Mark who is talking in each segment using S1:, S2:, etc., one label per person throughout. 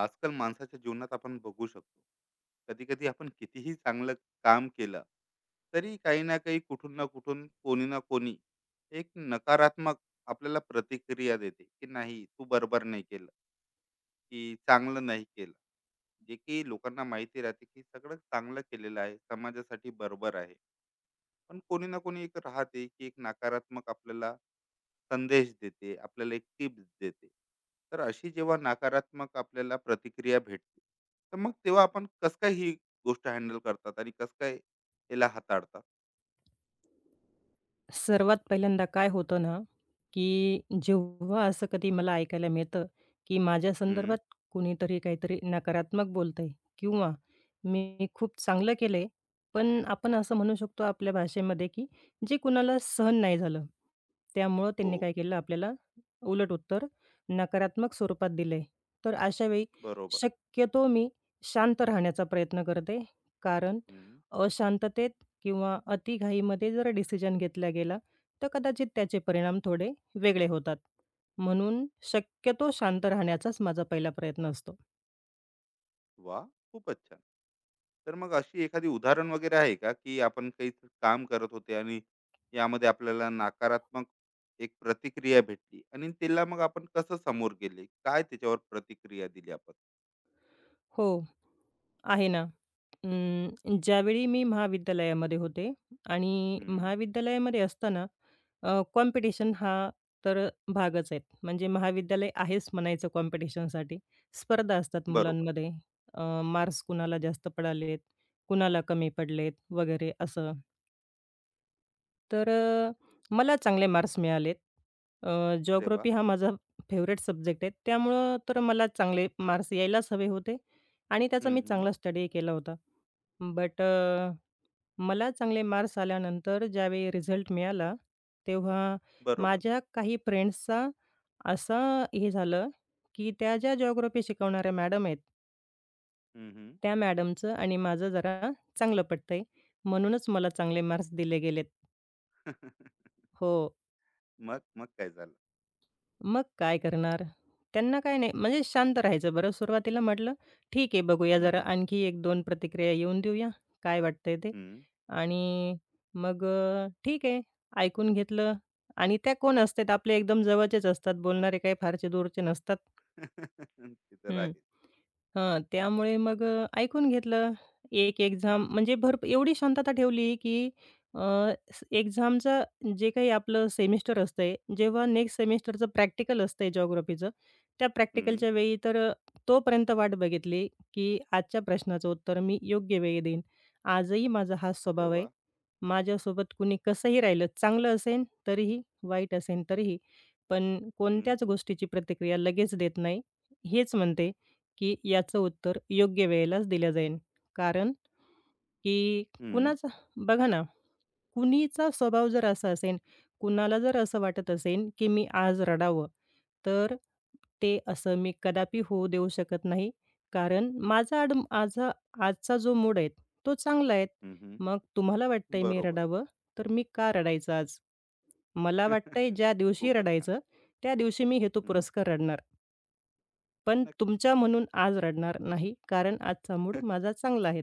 S1: आजकाल माणसाच्या जीवनात आपण बघू शकतो. कधी कधी आपण कितीही चांगलं काम केलं तरी काही ना काही, कुठून ना कुठून, कोणी ना कोणी एक नकारात्मक आपल्याला प्रतिक्रिया देते, की नाही तू बरोबर नाही केलं, की चांगलं नाही केलं. जे की लोकांना माहिती राहते की सगळं चांगलं केलेलं आहे, समाजासाठी बरोबर आहे, पण कोणी ना कोणी एक राहते की एक नकारात्मक आपल्याला संदेश देते, आपल्याला एक टिप्स देते. तर अशी जेव्हा नकारात्मक आपल्याला प्रतिक्रिया भेटते, तर मग तेव्हा आपण कस काय ही गोष्ट हॅन्डल करतात आणि कस काय याला हाताळतात.
S2: सर्वात पहिल्यांदा काय होतं ना, की जेव्हा असं कधी मला ऐकायला मिळतं, की माझ्या
S1: हम्म.
S2: संदर्भात कुणीतरी काहीतरी नकारात्मक बोलतंय किंवा मी खूप चांगलं केलंय, पण आपण असं म्हणू शकतो आपल्या भाषेमध्ये, की जे कुणाला सहन नाही झालं. त्यामुळं
S1: हो.
S2: त्यांनी काय केलं आपल्याला उलट उत्तर नकारात्मक स्वरूपात दिलंय. तर अशा वेळी
S1: बरोबर.
S2: शक्यतो मी शांत राहण्याचा प्रयत्न करते. कारण
S1: हम्म.
S2: अशांततेत किंवा अतिघाईमध्ये जर डिसिजन घेतला गेला, तर कदाचित त्याचे परिणाम थोडे वेगळे होतात. म्हणून शक्यतो शांत राहण्याचाच माझा पहिला प्रयत्न असतो.
S1: वा, खूपच अच्छा. तर मग अशी एखादी उदाहरण वगैरे आहे का, की आपण काही काम करत होते आणि यामध्ये आपल्याला नकारात्मक एक प्रतिक्रिया भेटली आणि तिला मग आपण कसं समोर गेले? काय त्याच्यावर प्रतिक्रिया दिली आपण?
S2: हो, आहे ना. ज्यावेळी मी महाविद्यालयामध्ये होते आणि
S1: हं.
S2: महाविद्यालयामध्ये असताना कॉम्पिटिशन हा तर भागच आहेत. म्हणजे महाविद्यालय आहेच म्हणायचं कॉम्पिटिशनसाठी. स्पर्धा असतात
S1: बरोबर.
S2: मुलांमध्ये. मार्क्स कुणाला जास्त पडालेत, कुणाला कमी पडलेत वगैरे असं. तर मला चांगले मार्क्स मिळालेत. अ,
S1: अरे वाह!
S2: जिओग्राफी हा माझा फेव्हरेट सब्जेक्ट आहे. त्यामुळं तर मला चांगले मार्क्स यायलाच हवे होते आणि त्याचा
S1: हं,
S2: मी
S1: हं.
S2: चांगला स्टडी केला होता. बट अ, मला चांगले मार्क्स आल्यानंतर ज्यावेळी रिझल्ट मिळाला, तेव्हा
S1: बरोबर.
S2: माझ्या काही फ्रेंड्सचा असं हे झालं, की त्या ज्या जिओग्राफी शिकवणाऱ्या मॅडम आहेत,
S1: हं, हं.
S2: त्या मॅडमचं आणि माझं जरा चांगलं पटतंय. म्हणूनच मला चांगले मार्क्स दिले गेलेत. हो.
S1: मग मग काय झालं?
S2: मग काय करणार? त्यांना काय नाही म्हणजे शांत राहायचं बरं. सुरुवातीला म्हटलं, "ठीक आहे, बघूया जरा
S1: हं,
S2: आणखी 1-2 प्रतिक्रिया येऊन देऊया, काय वाटतंय ते."
S1: हं.
S2: आणि मग ठीक आहे, ऐकून घेतलं आणि त्या कोण असतात आपले एकदम जवळचेच असतात, बोलणारे काही फारसे दूरचे नसतात.
S1: ते तर
S2: हं.
S1: आहे.
S2: हां, त्यामुळे मग ऐकून घेतलं. एक
S1: हं,
S2: एक्झाम म्हणजे एवढी शांतता ठेवली, की अ, स एक्झामचं जे काही आपलं सेमिस्टर असतंय, जेव्हा नेक्स्ट सेमिस्टरचं प्रॅक्टिकल असतंय जिओग्राफीचं, त्या
S1: हं.
S2: प्रॅक्टिकलच्या वेळी तर तोपर्यंत वाट बघितली, की आजच्या प्रश्नाचं उत्तर मी योग्य वेळी देईन. आजही माझा हाच
S1: अरे
S2: स्वभाव आहे.
S1: वाह!
S2: माझ्यासोबत कुणी कसंही राहिलं, चांगलं असेन तरीही, वाईट असेन तरीही, पण
S1: हं,
S2: कोणत्याच गोष्टीची प्रतिक्रिया लगेच देत नाही. हेच म्हणते, की याचं उत्तर योग्य वेळेलाच दिलं जाईल. कारण की
S1: हं.
S2: कुणाचा बघा ना, कुणीचा स्वभाव जर असा असेल, कुणाला जर असं वाटत असेल, की मी आज रडावं, तर ते असं मी कदापि होऊ देऊ शकत नाही. कारण माझा आजचा जो मूड आहे, तो चांगला आहे.
S1: हं, हं.
S2: मग तुम्हाला वाटतंय मी
S1: बरोबर.
S2: रडावं, तर मी का रडायचं आज? मला वाटतंय ज्या दिवशी
S1: खूपच छान.
S2: रडायचं, त्या दिवशी मी
S1: हं.
S2: हेतुपुरस्सर रडणार. पण
S1: नक्कीच.
S2: तुमच्या म्हणून आज रडणार नाही, कारण आजचा मूड माझा चांगला आहे.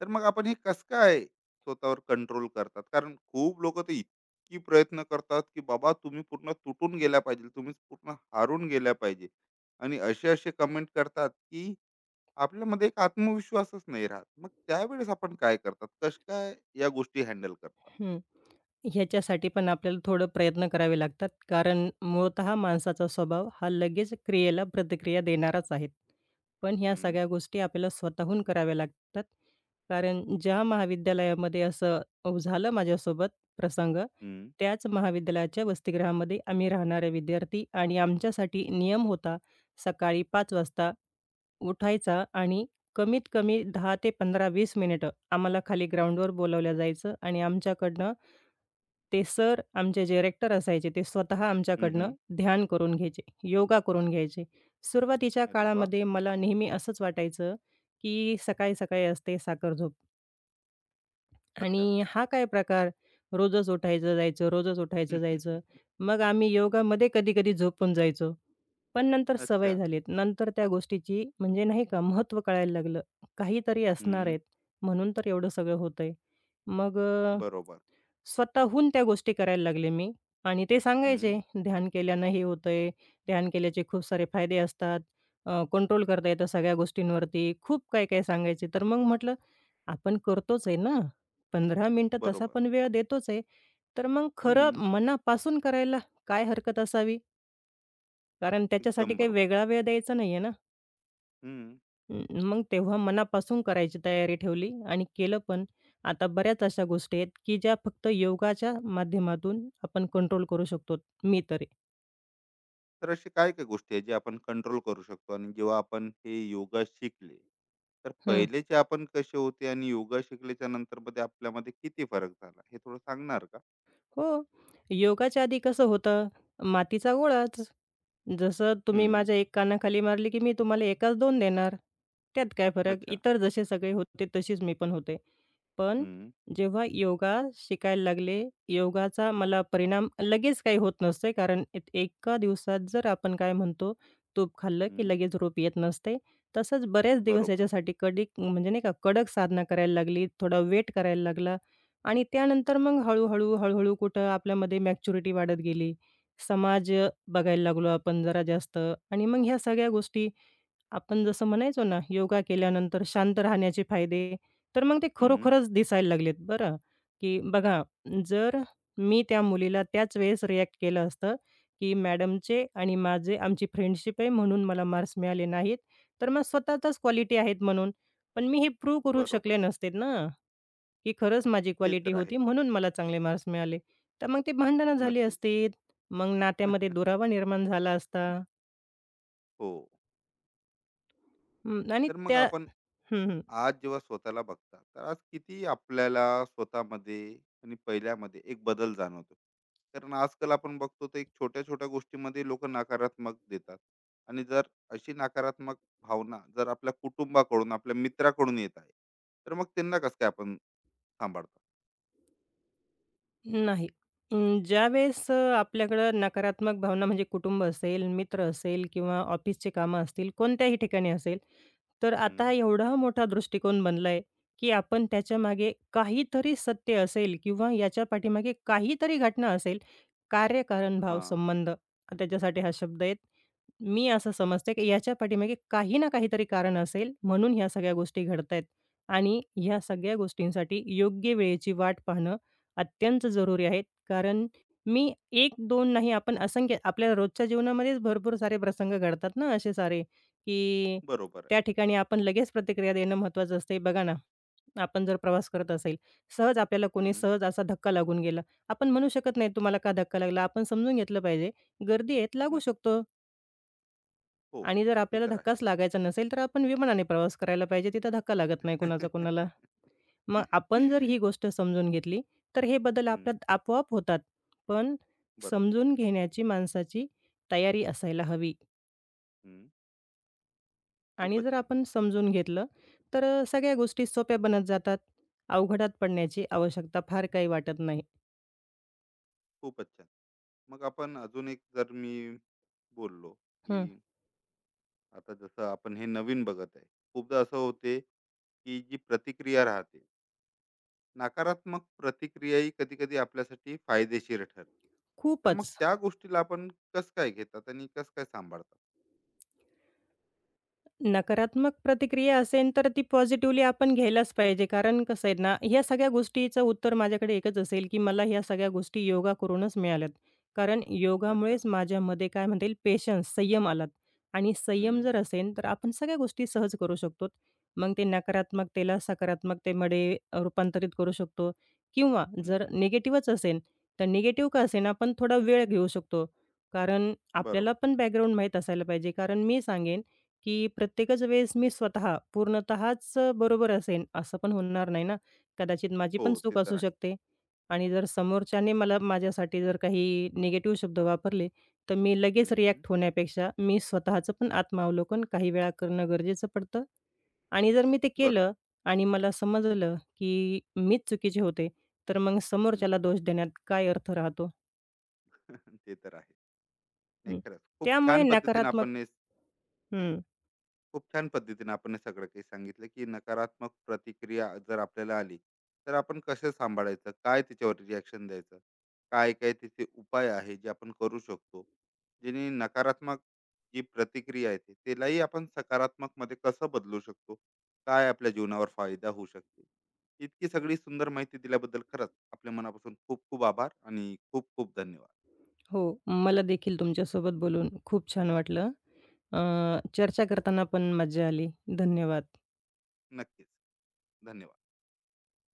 S1: तर मग आपण हे कसं काय स्वतःवर कंट्रोल करतात? कारण खूप लोक तर इतकी प्रयत्न करतात की बाबा तुम्ही पूर्ण तुटून गेल्या पाहिजे, तुम्ही पूर्ण हारून गेल्या पाहिजे, आणि असे असे कमेंट करतात, की आपल्यामध्ये एक आत्मविश्वासच नाही राहत. मग त्यावेळेस आपण काय करतात, कस काय या गोष्टी हॅन्डल करतात?
S2: हं. ह्याच्यासाठी पण आपल्याला थोडं प्रयत्न करावे लागतात. कारण मूळतः माणसाचा स्वभाव हा लगेच क्रियेला प्रतिक्रिया देणाराच आहे. पण ह्या
S1: हम्म.
S2: सगळ्या गोष्टी आपल्याला स्वतःहून कराव्या लागतात. कारण ज्या महाविद्यालयामध्ये असं झालं माझ्यासोबत प्रसंग,
S1: हम्म.
S2: त्याच महाविद्यालयाच्या वसतिगृहामध्ये आम्ही राहणारे विद्यार्थी आणि आमच्यासाठी नियम होता सकाळी 5:00 वाजता उठायचा आणि कमीत कमी 10 ते 15-20 मिनिटं आम्हाला खाली ग्राउंडवर बोलावलं जायचं आणि आमच्याकडनं ते सर आमचे जे रेक्टर असायचे ते स्वतः
S1: हम्म.
S2: आमच्याकडनं
S1: हम्म.
S2: ध्यान करून घ्यायचे, योगा करून घ्यायचे. सुरुवातीच्या
S1: अरे वा.
S2: काळामध्ये मला नेहमी असंच वाटायचं, की सकाळी-सकाळी असते साखर झोप.
S1: अच्छा.
S2: आणि हा काय प्रकार? रोजच उठायचं, जायचं, रोजच उठायचं, जायचं. मग आम्ही योगामध्ये कधी-कधी झोपून जायचो. पण नंतर
S1: अच्छा.
S2: सवय झालीत. नंतर त्या गोष्टीची म्हणजे नाही का महत्त्व कळायला लागलं. काहीतरी असणार
S1: हम्म.
S2: आहेत म्हणून तर एवढं सगळं होतंय. मग
S1: बरोबर.
S2: स्वतःहून त्या गोष्टी करायला लागले मी आणि ते
S1: हम्म.
S2: सांगायचे, "ध्यान केल्यानं हे होतंय, ध्यान केल्याचे खूप सारे फायदे असतात, कंट्रोल करता येतं सगळ्या गोष्टींवरती." खूप काय-काय सांगायचे. तर मग म्हटलं आपण करतोच आहे ना. 15 मिनिटं तसा
S1: बरोबर.
S2: पण वेळ देतोच आहे. तर मग खरं
S1: हम्म.
S2: मनापासून करायला काय हरकत असावी? कारण त्याच्यासाठी
S1: एकदम
S2: काही
S1: बरोबर.
S2: वेगळा वेळ द्यायचा नाही आहे ना.
S1: हम्म.
S2: मग तेव्हा मनापासून करायची तयारी ठेवली आणि केलं पण. आता बऱ्याच अशा गोष्टी आहेत, की ज्या फक्त योगाच्या माध्यमातून आपण कंट्रोल करू शकतो, मी तरी.
S1: तर अशी काय काय गोष्टी आहेत जे आपण कंट्रोल करू शकतो? आणि जेव्हा आपण हे योगा शिकले, तर पहिलेचे आपण कसे होते आणि योगा शिकल्याच्या नंतर मध्ये आपल्यामध्ये किती फरक झाला, हे थोडं सांगणार का?
S2: हो. योगाच्या आधी कसं होतं, मातीचा गोळाच. जसं तुम्ही
S1: हम्म.
S2: माझ्या एक कानाखाली मारली, की मी तुम्हाला एकास दोन देणार. त्यात काय फरक?
S1: अच्छा.
S2: इतर जसे सगळे होते तशीच मी पण होते. पण
S1: हम्म.
S2: जेव्हा योगा शिकायला लागले, योगाचा मला परिणाम लगेच काही होत नसते. कारण एक एका दिवसात जर आपण काय म्हणतो, तूप खाल्लं की
S1: हम्म.
S2: लगेच झोप येत नसते. तसंच बरेच दिवस
S1: बरोबर.
S2: याच्यासाठी कडी म्हणजे नाही का कडक साधना करायला लागली, थोडा वेट करायला लागला. आणि त्यानंतर मग हळू-हळू, हळू-हळू कुठं आपल्यामध्ये मॅच्युरिटी वाढत गेली. समाज बघायला लागलो आपण जरा जास्त आणि मग ह्या सगळ्या गोष्टी आपण जसं म्हणायचो ना, योगा केल्यानंतर शांत राहण्याचे फायदे, तर मग ते
S1: हम्म.
S2: खरोखरच दिसायला लागलेत बरं, की बघा जर मी त्या मुलीला त्याच वेळेस रिॲक्ट केलं असतं, की मॅडमचे आणि माझे आमची फ्रेंडशिप आहे म्हणून मला मार्क्स मिळाले नाहीत, तर मग स्वतःच्याच क्वालिटी आहेत म्हणून. पण मी हे प्रूव्ह करू
S1: बरोबर.
S2: शकले नसते ना. की खरंच माझी
S1: ते
S2: क्वालिटी
S1: तर आहेच.
S2: होती म्हणून मला चांगले मार्क्स मिळाले. तर मग ते भांडणं झाली
S1: नक्कीच.
S2: असती. मग नात्यामध्ये दुरावा निर्माण झाला असता.
S1: हो.
S2: हं, आणि
S1: तर मग
S2: त्या
S1: आपण
S2: हं, हं.
S1: आज जेव्हा स्वतःला बघता, तर आज किती आपल्याला स्वतःमध्ये आणि पहिल्यामध्ये एक बदल जाणवतो? कारण आजकाल आपण बघतो तर एक छोट्या छोट्या गोष्टीमध्ये लोक नकारात्मक देतात. आणि जर अशी नकारात्मक भावना जर आपल्या कुटुंबाकडून, आपल्या मित्राकडून येत आहे, तर मग त्यांना कसं काय आपण सांभाळतो?
S2: नाही. ज्यावेळेस आपल्याकडं नकारात्मक भावना म्हणजे कुटुंब असेल, मित्र असेल किंवा ऑफिसची कामं असतील, कोणत्याही ठिकाणी असेल, तर आता
S1: हम्म.
S2: एवढा मोठा दृष्टिकोन बनलाय, की आपण त्याच्यामागे काहीतरी सत्य असेल किंवा याच्या पाठीमागे काहीतरी घटना असेल. कार्य, कारण, भाव,
S1: हा.
S2: संबंध त्याच्यासाठी हा शब्द आहेत. मी असं समजते, की याच्या पाठीमागे काही ना काहीतरी कारण असेल म्हणून ह्या सगळ्या गोष्टी घडतायत आणि ह्या सगळ्या गोष्टींसाठी योग्य वेळेची वाट पाहणं अत्यंत जरुरी आहे. कारण मी 1-2 नाही आपण असंख्य आपल्या रोजच्या जीवनामध्येच भरपूर सारे प्रसंग घडतात ना असे सारे, की
S1: बरोबर आहे.
S2: त्या ठिकाणी आपण लगेच प्रतिक्रिया देणं महत्त्वाचं असते. बघा ना, आपण जर प्रवास करत असेल, सहज आपल्याला कोणी
S1: हम्म.
S2: सहज असा धक्का लागून गेला. आपण म्हणू शकत नाही, तुम्हाला का धक्का लागला? आपण समजून घेतलं पाहिजे. गर्दी आहेत, लागू
S1: नक्की.
S2: शकतो
S1: हो.
S2: आणि जर
S1: ते
S2: आपल्याला
S1: तर आहे.
S2: धक्काच लागायचा नसेल, तर आपण विमानाने प्रवास करायला पाहिजे. तिथं धक्का लागत नाही कोणाचा कोणाला. मग आपण जर ही गोष्ट समजून घेतली, तर हे बदल
S1: हम्म.
S2: आपल्यात आपोआप होतात. पण
S1: बरोबर.
S2: समजून घेण्याची माणसाची तयारी असायला हवी.
S1: हम्म.
S2: आणि
S1: खूपच
S2: जर
S1: छान.
S2: आपण समजून घेतलं, तर सगळ्या गोष्टी सोप्या बनत जातात. अवघडात पडण्याची आवश्यकता फार काही वाटत नाही.
S1: खूपच छान. मग आपण अजून एक जर मी बोललो की
S2: हं.
S1: आता जसं आपण हे नवीन बघत आहे, खूपदा असं होते की जी प्रतिक्रिया राहते नकारात्मक प्रतिक्रियाही कधी कधी आपल्यासाठी फायदेशीर ठरते. तर मग
S2: खूपच.
S1: त्या गोष्टीला आपण कस काय घेतात आणि कस काय सांभाळतात?
S2: नकारात्मक प्रतिक्रिया असेल तर ती पॉझिटिव्हली आपण घ्यायलाच पाहिजे. कारण कसं आहे ना, ह्या सगळ्या गोष्टीचं उत्तर माझ्याकडे एकच असेल, की मला ह्या सगळ्या गोष्टी योगा करूनच मिळाल्यात. कारण
S1: अच्छा.
S2: योगामुळेच माझ्यामध्ये काय म्हणता येईल पेशन्स, संयम आलात आणि संयम
S1: हम्म,
S2: जर असेल तर आपण सगळ्या गोष्टी सहज करू शकतो. मग ते नकारात्मकतेला सकारात्मकतेमध्ये रूपांतरित करू शकतो किंवा
S1: हम्म.
S2: जर
S1: हम्म.
S2: निगेटिव्हच असेल, तर निगेटिव्ह का असेना आपण थोडा वेळ घेऊ शकतो. कारण आपल्याला
S1: बरोबर.
S2: पण बॅकग्राऊंड माहीत असायला पाहिजे. कारण मी सांगेन की प्रत्येकच वेळेस मी स्वतः पूर्णतःच बरोबर असेन असं पण होणार नाही ना. कदाचित माझी
S1: हो,
S2: पण
S1: ते
S2: चूक
S1: तर
S2: असू
S1: आहे.
S2: शकते आणि जर समोरच्याने मला माझ्यासाठी जर काही निगेटिव्ह शब्द वापरले, तर मी लगेच
S1: हम्म, हम्म.
S2: रिॲक्ट होण्यापेक्षा मी स्वतःचं पण आत्मावलोकन काही वेळा करणं गरजेचं पडतं आणि जर मी ते
S1: बरोबर.
S2: केलं आणि मला समजलं की मीच चुकीचे होते, तर मग
S1: हम्म,
S2: समोरच्याला
S1: हम्म.
S2: दोष देण्यात काय अर्थ राहतो?
S1: ते तर आहे. नाही,
S2: हं.
S1: खरंच खूप
S2: त्यामुळे
S1: छान पद्धतीने
S2: नकारात्मक
S1: आपण हे
S2: हं.
S1: खूप छान पद्धतीने आपण हे सगळं काही सांगितलं, की नकारात्मक प्रतिक्रिया जर आपल्याला आली तर आपण कसं सांभाळायचं, काय त्याच्यावर रिॲक्शन द्यायचं, काय काय त्याचे उपाय आहे जे आपण करू शकतो, जेणे नकारात्मक जी प्रतिक्रिया आहे त्यालाही आपण सकारात्मक मध्ये कसं बदलू शकतो, काय आपल्या जीवनावर फायदा होऊ शकते. इतकी सगळी सुंदर माहिती दिल्याबद्दल खरंच आपल्या मनापासून खूप खूप आभार आणि खूप खूप धन्यवाद.
S2: हो, मला देखील तुमच्यासोबत बोलून खूप छान वाटलं. चर्चा करताना पण मज्जा आली. धन्यवाद.
S1: नक्कीच. धन्यवाद.